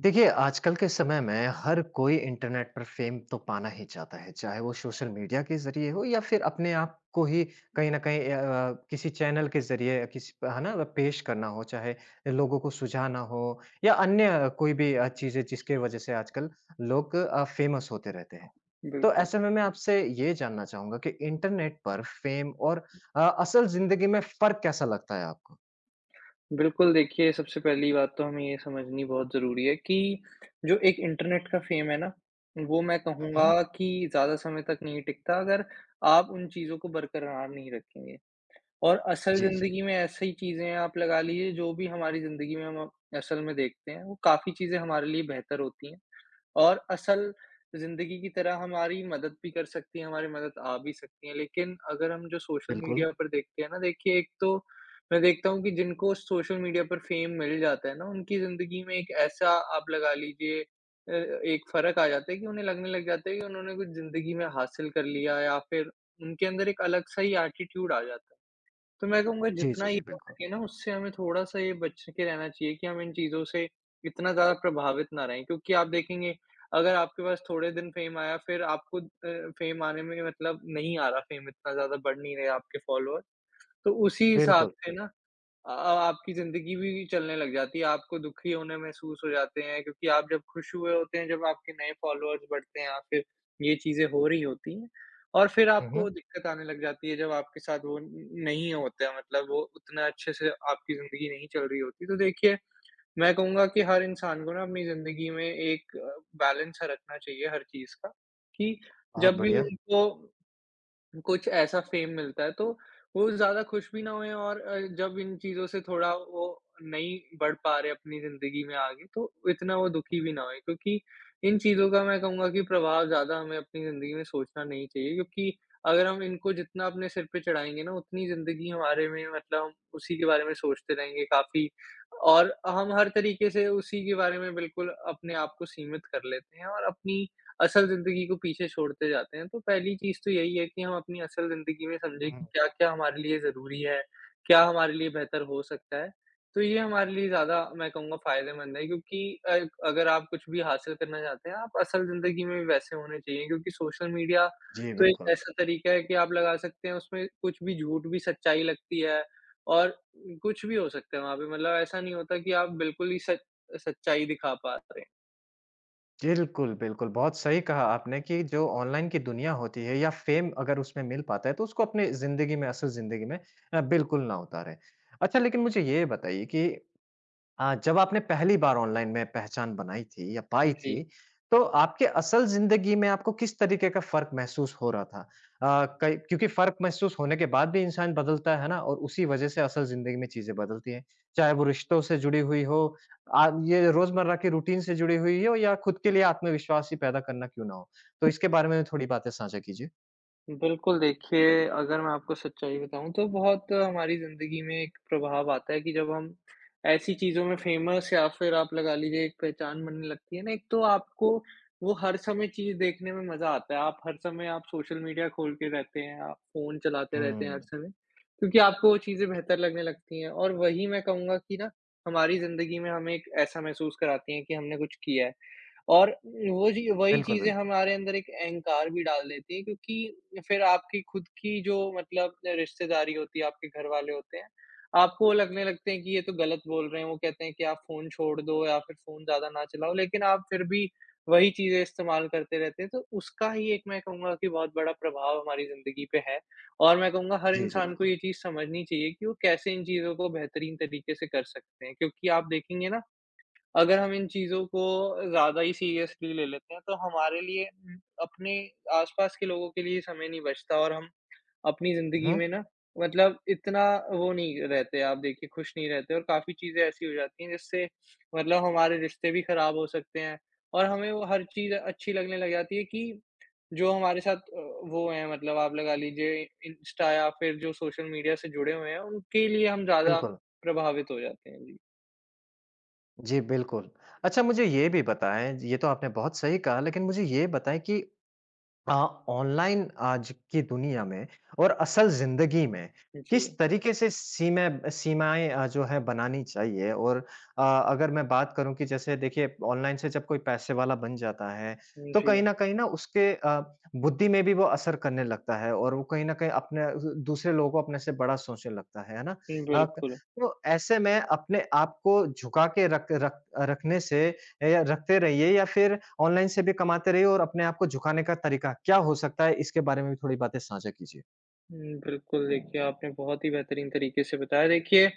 देखिए, आजकल के समय में हर कोई इंटरनेट पर फ़ेम तो पाना ही चाहता है, चाहे वो सोशल मीडिया के ज़रिए हो या फिर अपने आप को ही कहीं न कहीं किसी चैनल के ज़रिए किसी प है ना? पेश करना हो, चाहे लोगों को सुझाना हो या अन्य कोई भी चीज़ें जिसके वज़ह से आजकल लोग फ़ेमस होते रहते हैं। बिल तो ऐसे में मैं आपसे ये जानना चाहूँगा कि इंटरनेट पर फ़ेम और असल ज़िंदगी में फ़र्क कैसा लगता है आपको? बिल्कुल, देखिए, सबसे पहली बात तो हमें ये समझनी बहुत ज़रूरी है कि जो एक इंटरनेट का फ़ेम है ना, वो मैं हुँ, हुँ। कहूँगा कि ज़्यादा समय तक नहीं टिकता अगर आप उन चीज़ों को बरकरार नहीं रखेंगे। और असल जी, जी, ज़िंदगी में ऐसी चीज़ें आप लगा लीजिए, जो भी हमारी ज़िंदगी में हम असल में देखते हैं, वो काफ़ी चीज़ें हमारे लिए बेहतर होती हैं। और असल ज़िंदगी की तरह हमारी मदद भी कर सकती है, हमारी मदद आ भी सकती है। लेकिन अगर हम जो सोशल बिल्कुल। मीडिया पर देखते हैं ना, देखिए, एक तो मैं देखता हूँ कि जिनको सोशल मीडिया पर फ़ेम मिल जाता है ना, उनकी ज़िंदगी में एक ऐसा आप लगा लीजिए, अ, एक फ़र्क आ जाता है कि उन्हें लगने लग जाता है कि उन्होंने कुछ ज़िंदगी में हासिल कर लिया, या फिर उनके अंदर एक अलग-सा ही एटीट्यूड आ जाता है। तो मैं कहूँगा, जी, जितना जी, ये जी, हो बिल्कुल। सके ना, उससे हमें थोड़ा-सा ये बच के रहना चाहिए कि हम इन चीज़ों से इतना ज़्यादा प्रभावित ना रहें। क्योंकि आप देखेंगे, अगर आपके पास थोड़े दिन फ़ेम आया, फिर आपको फ़ेम आने में मतलब नहीं आ रहा, फ़ेम इतना ज़्यादा बढ़ नहीं रहे आपके फ़ॉलोअर, तो उसी हिसाब बिल्कुल। से ना आपकी ज़िंदगी भी चलने लग जाती है, आपको दुखी होने महसूस हो जाते हैं, क्योंकि आप जब खुश हुए होते हैं, जब आपके नए फ़ॉलोअर्स बढ़ते हैं या फिर ये चीज़ें हो रही होती हैं, और फिर हुँ, हुँ। आपको दिक्कत आने लग जाती है जब आपके साथ वो न नहीं होता है, मतलब वो उतना अच्छे से आपकी ज़िंदगी नहीं चल रही होती। तो देखिए, मैं कहूँगा कि हर इंसान को ना अपनी ज़िंदगी में एक बैलेंस सा रखना चाहिए हर चीज़ का, कि बहुत जब भी बढ़िया। उनको कुछ ऐसा फेम मिलता है, तो वो ज़्यादा खुश भी ना होएँ, और जब इन चीज़ों से थोड़ा वो नहीं बढ़ पा रहे अपनी ज़िंदगी में आगे, तो इतना वो दुखी भी ना होएँ। क्योंकि इन चीज़ों का मैं कहूँगा कि प्रभाव ज़्यादा हमें अपनी ज़िंदगी में सोचना नहीं चाहिए, क्योंकि अगर हम इनको जितना अपने सिर पे चढ़ाएँगे ना, उतनी ज़िंदगी हमारे में मतलब हम उसी के बारे में सोचते रहेंगे काफ़ी, और हम हर तरीके से उसी के बारे में बिल्कुल अपने आप को सीमित कर लेते हैं, और अपनी असल ज़िंदगी को पीछे छोड़ते जाते हैं। तो पहली चीज़ तो यही है कि हम अपनी असल ज़िंदगी में समझें हुँ। कि क्या-क्या हमारे लिए ज़रूरी है, क्या हमारे लिए बेहतर हो सकता है। तो ये हमारे लिए ज़्यादा मैं कहूँगा फ़ायदेमंद है, क्योंकि अगर आप कुछ भी हासिल करना चाहते हैं, आप असल ज़िंदगी में भी वैसे होने चाहिए, क्योंकि सोशल मीडिया जी, तो एक बिल्कुल। ऐसा तरीका है कि आप लगा सकते हैं, उसमें कुछ भी झूठ भी सच्चाई लगती है, और कुछ भी हो सकता है वहाँ पे। मतलब ऐसा नहीं होता कि आप बिल्कुल ही सच सच्चाई दिखा पा रहे हैं। बिल्कुल, बिल्कुल, बहुत सही कहा आपने कि जो ऑनलाइन की दुनिया होती है या फ़ेम अगर उसमें मिल पाता है, तो उसको अपने ज़िंदगी में, असल ज़िंदगी में बिल्कुल ना उतारें। अच्छा, लेकिन मुझे ये बताइए कि जब आपने पहली बार ऑनलाइन में पहचान बनाई थी या पाई जी। थी, तो आपके असल ज़िंदगी में आपको किस तरीके का फ़र्क महसूस हो रहा था? कई क्योंकि फ़र्क महसूस होने के बाद भी इंसान बदलता है ना और उसी वज़ह से असल ज़िंदगी में चीज़ें बदलती हैं। चाहे वो रिश्तों से जुड़ी हुई हो, आ ये रोज़मर्रा की रूटीन से जुड़ी हुई हो या खुद के लिए आत्मविश्वास ही पैदा करना क्यों ना हो। तो इसके बारे में थोड़ी बातें साझा कीजिए। बिल्कुल, देखिए, अगर मैं आपको सच्चाई बताऊँ तो बहुत हमारी ज़िंदगी में एक प्रभाव आता है कि जब हम ऐसी चीज़ों में फ़ेमस, या फिर आप लगा लीजिए एक पहचान बनने लगती है ना, एक तो आपको वो हर समय चीज़ देखने में मज़ा आता है। आप हर समय आप सोशल मीडिया खोल के रहते हैं, आप फ़ोन चलाते रहते हैं हर हुँ। समय, क्योंकि आपको वो चीज़ें बेहतर लगने लगती हैं, और वही मैं कहूँगा कि ना हमारी ज़िंदगी में हमें एक ऐसा महसूस कराती हैं कि हमने कुछ किया है। और वो, जी, वही बिल्कुल, चीज़ें बिल्कुल। हमारे अंदर एक अहंकार भी डाल देती हैं, क्योंकि फिर आपकी खुद की जो मतलब रिश्तेदारी होती है, आपके घर वाले होते हैं, आपको वो लगने लगते हैं कि ये तो गलत बोल रहे हैं, वो कहते हैं कि आप फ़ोन छोड़ दो या फिर फ़ोन ज़्यादा ना चलाओ, लेकिन आप फिर भी वही चीज़ें इस्तेमाल करते रहते हैं। तो उसका ही एक मैं कहूँगा कि बहुत बड़ा प्रभाव हमारी ज़िंदगी पे है, और मैं कहूँगा हर जी, जी, इंसान को बिल्कुल। ये चीज़ समझनी चाहिए कि वो कैसे इन चीज़ों को बेहतरीन तरीके से कर सकते हैं। क्योंकि आप देखेंगे ना, अगर हम इन चीज़ों को ज़्यादा ही सीरियसली ले लेते हैं, तो हमारे लिए अपने आस-पास के लोगों के लिए समय नहीं बचता, और हम अपनी ज़िंदगी हुँ, में ना मतलब इतना वो नहीं रहते, आप देखिए खुश नहीं रहते, और काफ़ी चीज़ें ऐसी हो जाती हैं जिससे मतलब हमारे रिश्ते भी खराब हो सकते हैं, और हमें वो हर चीज़ अच्छी लगने लग जाती है कि जो हमारे साथ वो हैं, मतलब आप लगा लीजिए इंस्टा या फिर जो सोशल मीडिया से जुड़े हुए हैं, उनके लिए हम ज़्यादा बिल्कुल। प्रभावित हो जाते हैं। जी। जी, बिल्कुल। अच्छा मुझे ये भी बताएँ, ये तो आपने बहुत सही कहा लेकिन मुझे ये बताएँ कि अ, ऑनलाइन आज की दुनिया में और असल ज़िंदगी में जी। किस तरीके से सीमाएँ जो है बनानी चाहिए और अगर मैं बात करूँ कि जैसे देखिए ऑनलाइन से जब कोई पैसे वाला बन जाता है, तो कहीं न उसके बुद्धि में भी वो असर करने लगता है और वो कहीं न कहीं अपने दूसरे लोगों को अपने से बड़ा सोचने लगता है ना? जी। बिल्कुल। तो ऐसे में अपने आप को झुका के रख रख रखने से ए, या रखते रहिए या फिर ऑनलाइन से भी कमाते रहिए और अपने आप को झुकाने का तरीका क्या हो सकता है, इसके बारे में भी थोड़ी बातें साझा कीजिए? हुँ, बिल्कुल, देखिए, आपने बहुत ही बेहतरीन तरीके से बताया। देखिए,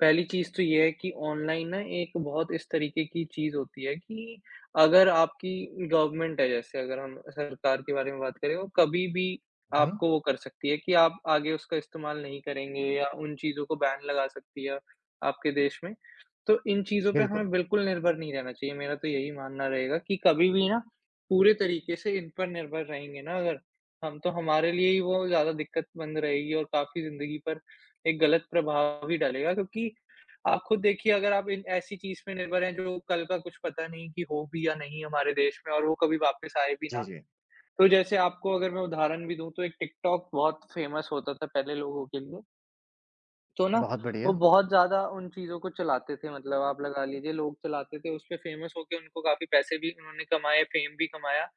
पहली चीज़ तो ये है कि ऑनलाइन ना एक बहुत इस तरीके की चीज़ होती है कि अगर आपकी गवर्नमेंट है, जैसे अगर हम सरकार के बारे में बात करें, वो कभी भी हुँ, आपको वो कर सकती है कि आप आगे उसका इस्तेमाल नहीं करेंगे, या उन चीज़ों को बैन लगा सकती है आपके देश में। तो इन चीज़ों पे बिल्कुल। हमें बिल्कुल निर्भर नहीं रहना चाहिए, मेरा तो यही मानना रहेगा कि कभी भी ना पूरे तरीके से इन पर निर्भर रहेंगे ना अगर, हम तो हमारे लिए ही वो ज़्यादा दिक्कत बन रहेगी, और काफ़ी ज़िंदगी पर एक गलत प्रभाव भी डालेगा, क्योंकि आप खुद देखिए अगर आप इन ऐसी चीज़ पे निर्भर हैं जो कल का कुछ पता नहीं कि हो भी या नहीं हमारे देश में, और वो कभी वापस आए भी जी, ना। जी। तो जैसे आपको अगर मैं उदाहरण भी दूँ, तो एक टिकटॉक बहुत फ़ेमस होता था पहले लोगों के लिए, तो ना बहुत वो बढ़िया। बहुत ज़्यादा उन चीज़ों को चलाते थे, मतलब आप लगा लीजिए लोग चलाते थे, उसपे फ़ेमस होके उनको काफ़ी पैसे भी उन्होंने कमाए, फ़ेम भी कमाया।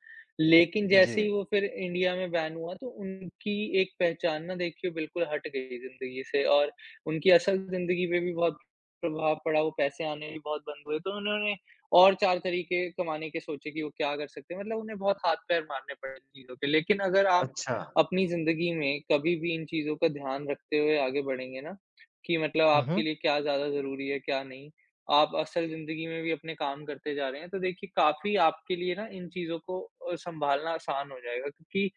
लेकिन जी। जैसे ही वो फिर इंडिया में बैन हुआ, तो उनकी एक पहचान ना देखिए बिल्कुल हट गई ज़िंदगी से, और उनकी असल ज़िंदगी पे भी बहुत प्रभाव पड़ा, वो पैसे आने भी बहुत बंद हुए। तो उन्होंने और 4 तरीके कमाने के सोचे कि वो क्या कर सकते हैं, मतलब उन्हें बहुत हाथ-पैर मारने पड़े इन चीज़ों के। लेकिन अगर आप अच्छा। अपनी ज़िंदगी में कभी भी इन चीज़ों का ध्यान रखते हुए आगे बढ़ेंगे ना, कि मतलब हुँ, आपके हुँ। लिए क्या ज़्यादा ज़रूरी है, क्या नहीं। आप असल ज़िंदगी में भी अपने काम करते जा रहे हैं, तो देखिए काफ़ी आपके लिए ना इन चीज़ों को सँभालना आसान हो जाएगा, क्योंकि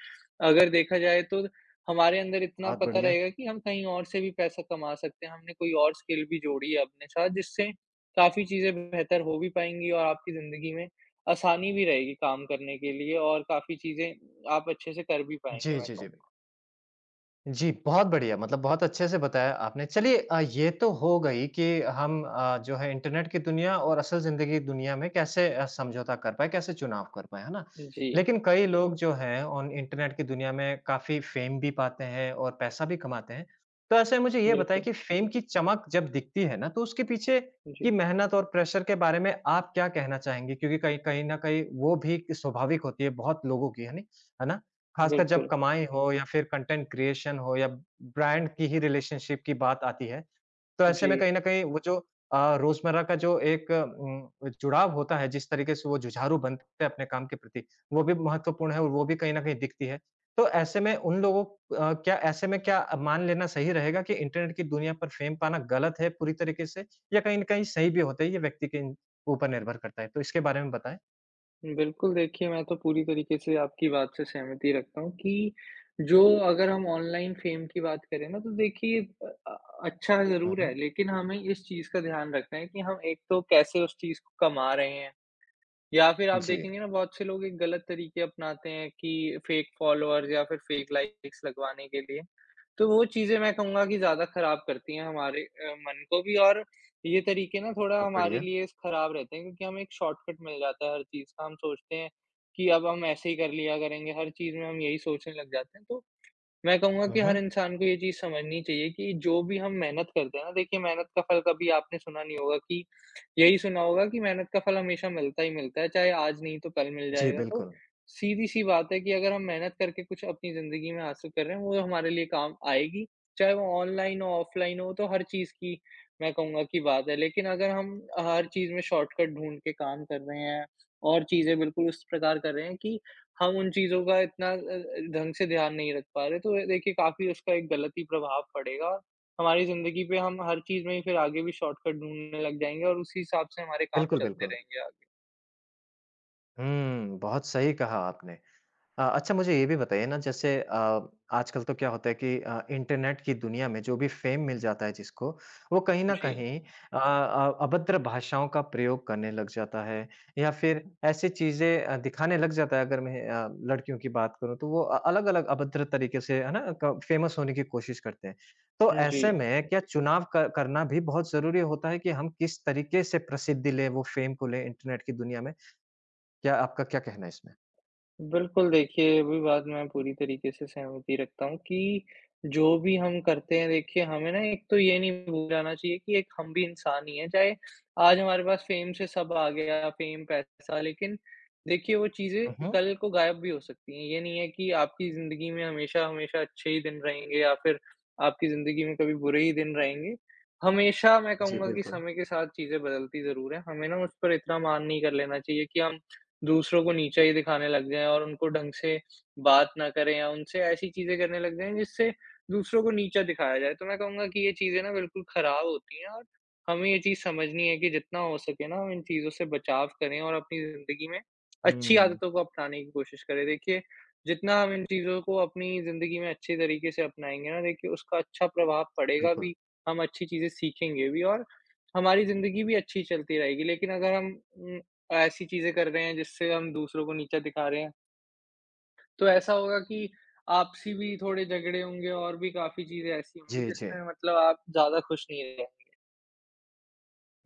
अगर देखा जाए तो हमारे अंदर इतना बहुत पता बढ़िया। रहेगा कि हम कहीं और से भी पैसा कमा सकते हैं, हमने कोई और स्किल भी जोड़ी है अपने साथ जिससे काफ़ी चीज़ें बेहतर हो भी पाएँगी, और आपकी ज़िंदगी में आसानी भी रहेगी काम करने के लिए, और काफ़ी चीज़ें आप अच्छे से कर भी पाएँगे जी, मैं जी, जी। कहूँगा। जी, बहुत बढ़िया, मतलब बहुत अच्छे से बताया आपने। चलिए ये तो हो गई कि हम जो है इंटरनेट की दुनिया और असल ज़िंदगी की दुनिया में कैसे समझौता कर पाएँ, कैसे चुनाव कर पाएँ, है ना? जी, लेकिन कई लोग जो हैं ऑन इंटरनेट की दुनिया में काफ़ी फ़ेम भी पाते हैं और पैसा भी कमाते हैं। तो ऐसे में मुझे ये बताइए बिल्कुल। कि फ़ेम की चमक जब दिखती है ना, तो उसके पीछे जी, की मेहनत और प्रेशर के बारे में आप क्या कहना चाहेंगी? क्योंकि कहीं कहीं न कहीं वो भी स्वाभाविक होती है बहुत लोगों की, है नी? है ना? खासकर जब बिल्कुल। कमाई हो या फिर कंटेंट क्रिएशन हो या ब्रांड की ही रिलेशनशिप की बात आती है, तो ऐसे में जी। कहीं न कहीं वो जो रोज़मर्रा का जो एक जुड़ाव होता है, जिस तरीके से वो जुझारू बनते हैं अपने काम के प्रति, वो भी महत्वपूर्ण है और वो भी कहीं न कहीं दिखती है। तो ऐसे में उन लोगों अ, क्या ऐसे में क्या मान लेना सही रहेगा कि इंटरनेट की दुनिया पर फेम पाना गलत है पूरी तरीके से या कहीं न कहीं सही भी होता है? ये व्यक्ति के ऊपर निर्भर करता है। तो इसके बारे में बताएँ। बिल्कुल, देखिए, मैं तो पूरी तरीके से आपकी बात से सहमति रखता हूँ कि जो अगर हम ऑनलाइन फ़ेम की बात करें ना, तो देखिए अच्छा हुँ, ज़रूर है, हुँ। लेकिन हमें इस चीज़ का ध्यान रखना है कि हम एक तो कैसे उस चीज़ को कमा रहे हैं, या फिर आप जी। देखेंगे ना बहुत से लोग एक गलत तरीके अपनाते हैं कि फ़ेक फ़ॉलोअर्स या फिर फ़ेक लाइक्स लगवाने के लिए। तो वो चीज़ें मैं कहूँगा कि ज़्यादा ख़राब करती हैं हमारे मन को भी, और ये तरीके ना थोड़ा बहुत हमारे बढ़िया। लिए ख़राब रहते हैं, क्योंकि हमें एक शॉर्टकट मिल जाता है हर चीज़ का। हम सोचते हैं कि अब हम ऐसे ही कर लिया करेंगे, हर चीज़ में हम यही सोचने लग जाते हैं। तो मैं कहूँगा हुँ, कि हर हुँ। इंसान को ये चीज़ समझनी चाहिए कि जो भी हम मेहनत करते हैं ना, देखिए मेहनत का फल कभी आपने सुना नहीं होगा कि यही सुना होगा कि मेहनत का फल हमेशा मिलता ही मिलता है, चाहे आज नहीं तो कल मिल जी, जाएगा। तो बिल्कुल। सीधी-सी बात है कि अगर हम मेहनत करके कुछ अपनी ज़िंदगी में हासिल कर रहे हैं, वो हमारे लिए काम आएगी, चाहे वो ऑनलाइन हो, ऑफ़लाइन हो, तो हर चीज़ की मैं कहूँगा कि बात है। लेकिन अगर हम हर चीज़ में शॉर्टकट ढूँढ के काम कर रहे हैं, और चीज़ें बिल्कुल उस प्रकार कर रहे हैं कि हम उन चीज़ों का इतना ढंग से ध्यान नहीं रख पा रहे, तो ये देखिए काफ़ी उसका एक गलत ही प्रभाव पड़ेगा, और हमारी ज़िंदगी पे हम हर चीज़ में ही फिर आगे भी शॉर्टकट ढूँढने लग जाएँगे, और उसी हिसाब से हमारे काम बिल्कुल, चलते बिल्कुल। रहेंगे आगे। हुँ, बहुत सही कहा आपने। अच्छा मुझे ये भी बताइए ना जैसे आजकल तो क्या होता है कि इंटरनेट की दुनिया में जो भी फ़ेम मिल जाता है जिसको, वो कहीं न जी। कहीं अभद्र भाषाओं का प्रयोग करने लग जाता है या फिर ऐसी चीज़ें दिखाने लग जाता है अगर मैं लड़कियों की बात करूँ तो वो अलग-अलग अभद्र तरीके से है ना क फ़ेमस होने की कोशिश करते हैं। तो जी। ऐसे में क्या चुनाव क करना भी बहुत ज़रूरी होता है कि हम किस तरीके से प्रसिद्धि लें, वो फ़ेम को लें इंटरनेट की दुनिया में? क्या आपका क्या कहना है इसमें? बिल्कुल, देखिए, ये भी बात मैं पूरी तरीके से सहमति रखता हूँ कि जो भी हम करते हैं, देखिए, हमें ना एक तो ये नहीं भूल जाना चाहिए कि एक हम भी इंसान ही हैं। चाहे आज हमारे पास फ़ेम से सब आ गया, फ़ेम, पैसा, लेकिन देखिए, वो हुँ, चीज़ें हुँ। कल को गायब भी हो सकती हैं। ये नहीं है कि आपकी ज़िंदगी में हमेशा-हमेशा अच्छे ही दिन रहेंगे या फिर आपकी ज़िंदगी में कभी बुरे ही दिन रहेंगे। हमेशा मैं जी, कहूँगा कि बिल्कुल। समय के साथ चीज़ें बदलती ज़रूर हैं। हमें ना उस पर इतना मान नहीं कर लेना चाहिए कि हम दूसरों को नीचा ही दिखाने लग जाएँ और उनको ढंग से बात ना करें या उनसे ऐसी चीज़ें करने लग जाएँ जिससे दूसरों को नीचा दिखाया जाए। तो मैं कहूँगा कि ये चीज़ें ना बिल्कुल ख़राब होती हैं और हमें ये चीज़ समझनी है कि जितना हो सके ना हम इन चीज़ों से बचाव करें और अपनी ज़िंदगी में अच्छी हुँ, आदतों को अपनाने की कोशिश करें। देखिए, जितना हम इन चीज़ों को अपनी ज़िंदगी में अच्छे तरीके से अपनाएँगे ना, देखिए उसका अच्छा प्रभाव पड़ेगा बिल्कुल। भी, हम अच्छी चीज़ें सीखेंगे भी और हमारी ज़िंदगी भी अच्छी चलती रहेगी। लेकिन अगर हम उम, ऐसी चीज़ें कर रहे हैं जिससे हम दूसरों को नीचा दिखा रहे हैं। तो ऐसा होगा कि आपसी भी थोड़े झगड़े होंगे और भी काफ़ी चीज़ें ऐसी होंगी जी, जी। जिसमें मतलब आप ज़्यादा खुश नहीं रहेंगे।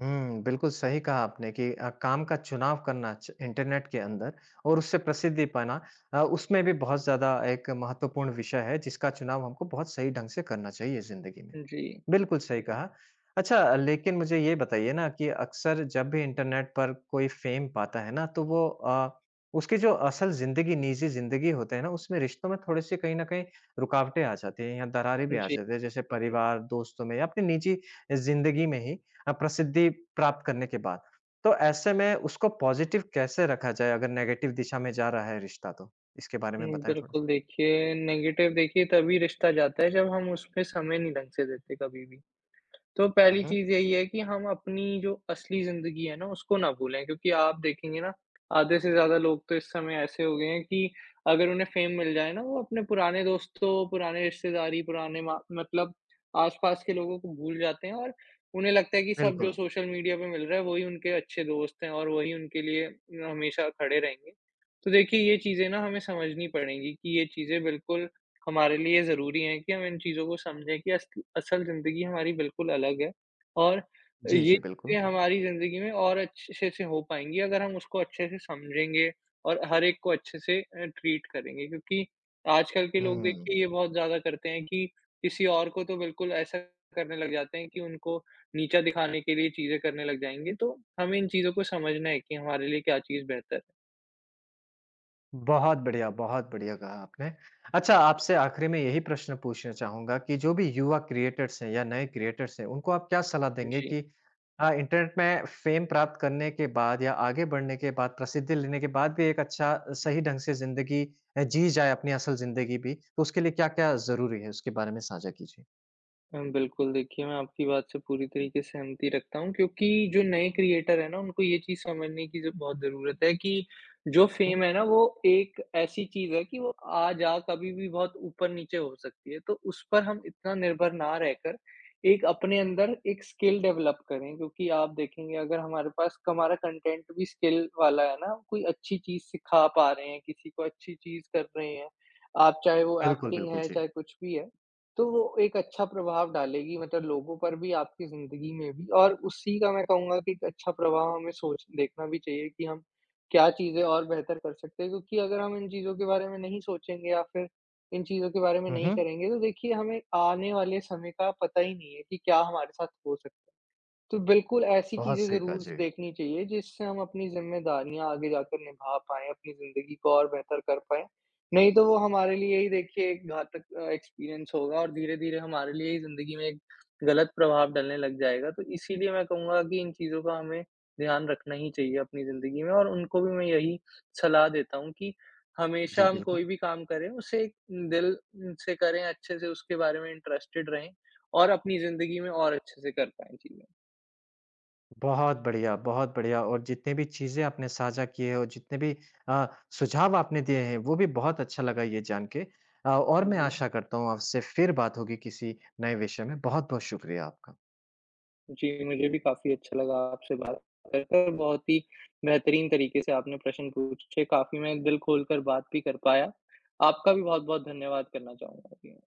हुँ, बिल्कुल सही कहा आपने कि काम का चुनाव करना च इंटरनेट के अंदर और उससे प्रसिद्धि पाना उसमें भी बहुत ज़्यादा एक महत्वपूर्ण विषय है, जिसका चुनाव हमको बहुत सही ढंग से करना चाहिए ज़िंदगी में। जी, बिल्कुल सही कहा। अच्छा लेकिन मुझे ये बताइए ना कि अक्सर जब भी इंटरनेट पर कोई फ़ेम पाता है ना, तो वो उसकी जो असल ज़िंदगी, निजी ज़िंदगी होते हैं ना, उसमें रिश्तों में थोड़ी-सी कहीं न कहीं रुकावटें आ जाती हैं या दरारें भी आ जी। जाती हैं। जैसे परिवार, दोस्तों में या अपनी निजी ज़िंदगी में ही प्रसिद्धि प्राप्त करने के बाद। तो ऐसे में उसको पॉज़िटिव कैसे रखा जाए अगर नेगेटिव दिशा में जा रहा है रिश्ता तो? इसके बारे में हुँ, बताएँ बिल्कुल, थोड़ा-सा। देखिए नेगेटिव, देखिए तभी रिश्ता जाता है जब हम उसपे समय नहीं ढंग से देते कभी भी। तो हुँ, पहली हुँ। चीज़ यही है कि हम अपनी जो असली ज़िंदगी है ना, उसको ना भूलें, क्योंकि आप देखेंगे ना, आधे से ज़्यादा लोग तो इस समय ऐसे हो गए हैं कि अगर उन्हें फ़ेम मिल जाए ना, वो अपने पुराने दोस्तों, पुराने रिश्तेदारी, पुराने मा मतलब आस-पास के लोगों को भूल जाते हैं और उन्हें लगता है कि सब जो बिल्कुल। सोशल मीडिया पे मिल रहा है, वही उनके अच्छे दोस्त हैं और वही उनके लिए हमेशा खड़े रहेंगे। तो देखिए, ये चीज़ें ना हमें समझनी पड़ेंगी कि ये चीज़ें बिल्कुल हमारे लिए ज़रूरी हैं कि हम इन चीज़ों को समझें कि असल असल ज़िंदगी हमारी बिल्कुल अलग है और जी, ये जी, बिल्कुल। चीज़ें हमारी ज़िंदगी में और अच्छे से हो पाएँगी अगर हम उसको अच्छे से समझेंगे और हर एक को अच्छे से ट्रीट करेंगे, क्योंकि आजकल के लोग हुँ। देखिए ये बहुत ज़्यादा करते हैं कि किसी और को तो बिल्कुल ऐसा करने लग जाते हैं कि उनको नीचा दिखाने के लिए चीज़ें करने लग जाएँगे, तो हमें इन चीज़ों को समझना है कि हमारे लिए क्या चीज़ बेहतर है। बहुत बढ़िया कहा आपने। अच्छा, आपसे आखिरी में यही प्रश्न पूछना चाहूँगा कि जो भी युवा क्रिएटर्स हैं या नए क्रिएटर्स हैं, उनको आप क्या सलाह देंगे जी। कि इंटरनेट में फ़ेम प्राप्त करने के बाद या आगे बढ़ने के बाद, प्रसिद्धि लेने के बाद भी एक अच्छा सही ढंग से ज़िंदगी जी जाए अपनी असल ज़िंदगी भी, तो उसके लिए क्या-क्या ज़रूरी है? उसके बारे में साझा कीजिए। बिल्कुल, देखिए मैं आपकी बात से पूरी तरीके से सहमति रखता हूँ, क्योंकि जो नए क्रिएटर हैं ना, उनको ये चीज़ समझने की ज बहुत ज़रूरत है कि जो हुँ, हुँ। फ़ेम है ना, वो एक ऐसी चीज़ है कि वो आ-जा कभी भी बहुत ऊपर-नीचे हो सकती है। तो उस पर हम इतना निर्भर ना रहकर एक अपने अंदर एक स्किल डेवलप करें, क्योंकि आप देखेंगे अगर हमारे पास हमारा कंटेंट भी स्किल वाला है ना, हम कोई अच्छी चीज़ सिखा पा रहे हैं, किसी को अच्छी चीज़ कर रहे हैं, आप चाहे वो बिल्कुल, एक्टिंग बिल्कुल, है, जी। चाहे कुछ भी है, तो वो एक अच्छा प्रभाव डालेगी मतलब लोगों पर भी, आपकी ज़िंदगी में भी और उसी का मैं कहूँगा कि एक अच्छा प्रभाव हमें सोच देखना भी चाहिए कि हम क्या चीज़ें और बेहतर कर सकते हैं। क्योंकि अगर हम इन चीज़ों के बारे में नहीं सोचेंगे या फिर इन चीज़ों के बारे में हुँ, नहीं हुँ। करेंगे, तो देखिए हमें आने वाले समय का पता ही नहीं है कि क्या हमारे साथ हो सकता है। तो बिल्कुल ऐसी बहुत चीज़ें सही कहा, ज़रूर स जी। देखनी चाहिए जिससे हम अपनी ज़िम्मेदारियाँ आगे जाकर निभा पाएँ, अपनी ज़िंदगी को और बेहतर कर पाएँ। नहीं तो वो हमारे लिए ही देखिए एक घातक एक्सपीरियंस होगा और धीरे-धीरे हमारे लिए ही ज़िंदगी में एक गलत प्रभाव डलने लग जाएगा। तो इसीलिए मैं कहूँगा कि इन चीज़ों का हमें ध्यान रखना ही चाहिए अपनी ज़िंदगी में और उनको भी मैं यही सलाह देता हूँ कि जी, हमेशा हम कोई बिल्कुल। भी काम करें, उसे एक दिल से करें, अच्छे से उसके बारे में इंटरेस्टेड रहें और अपनी ज़िंदगी में और अच्छे से कर पाएँ चीज़ें। बहुत बढ़िया और जितने भी चीज़ें आपने साझा की हैं और जितने भी अ, सुझाव आपने दिए हैं, वो भी बहुत अच्छा लगा ये जान के। और मैं जी। आशा करता हूँ आपसे फिर बात होगी किसी नए विषय में। बहुत-बहुत शुक्रिया आपका। जी, मुझे भी काफ़ी अच्छा लगा आपसे बात कर कर, बहुत ही बेहतरीन तरीके से आपने प्रश्न पूछे, काफ़ी मैं दिल खोलकर बात भी कर पाया। आपका भी बहुत-बहुत धन्यवाद करना चाहूँगा। जी।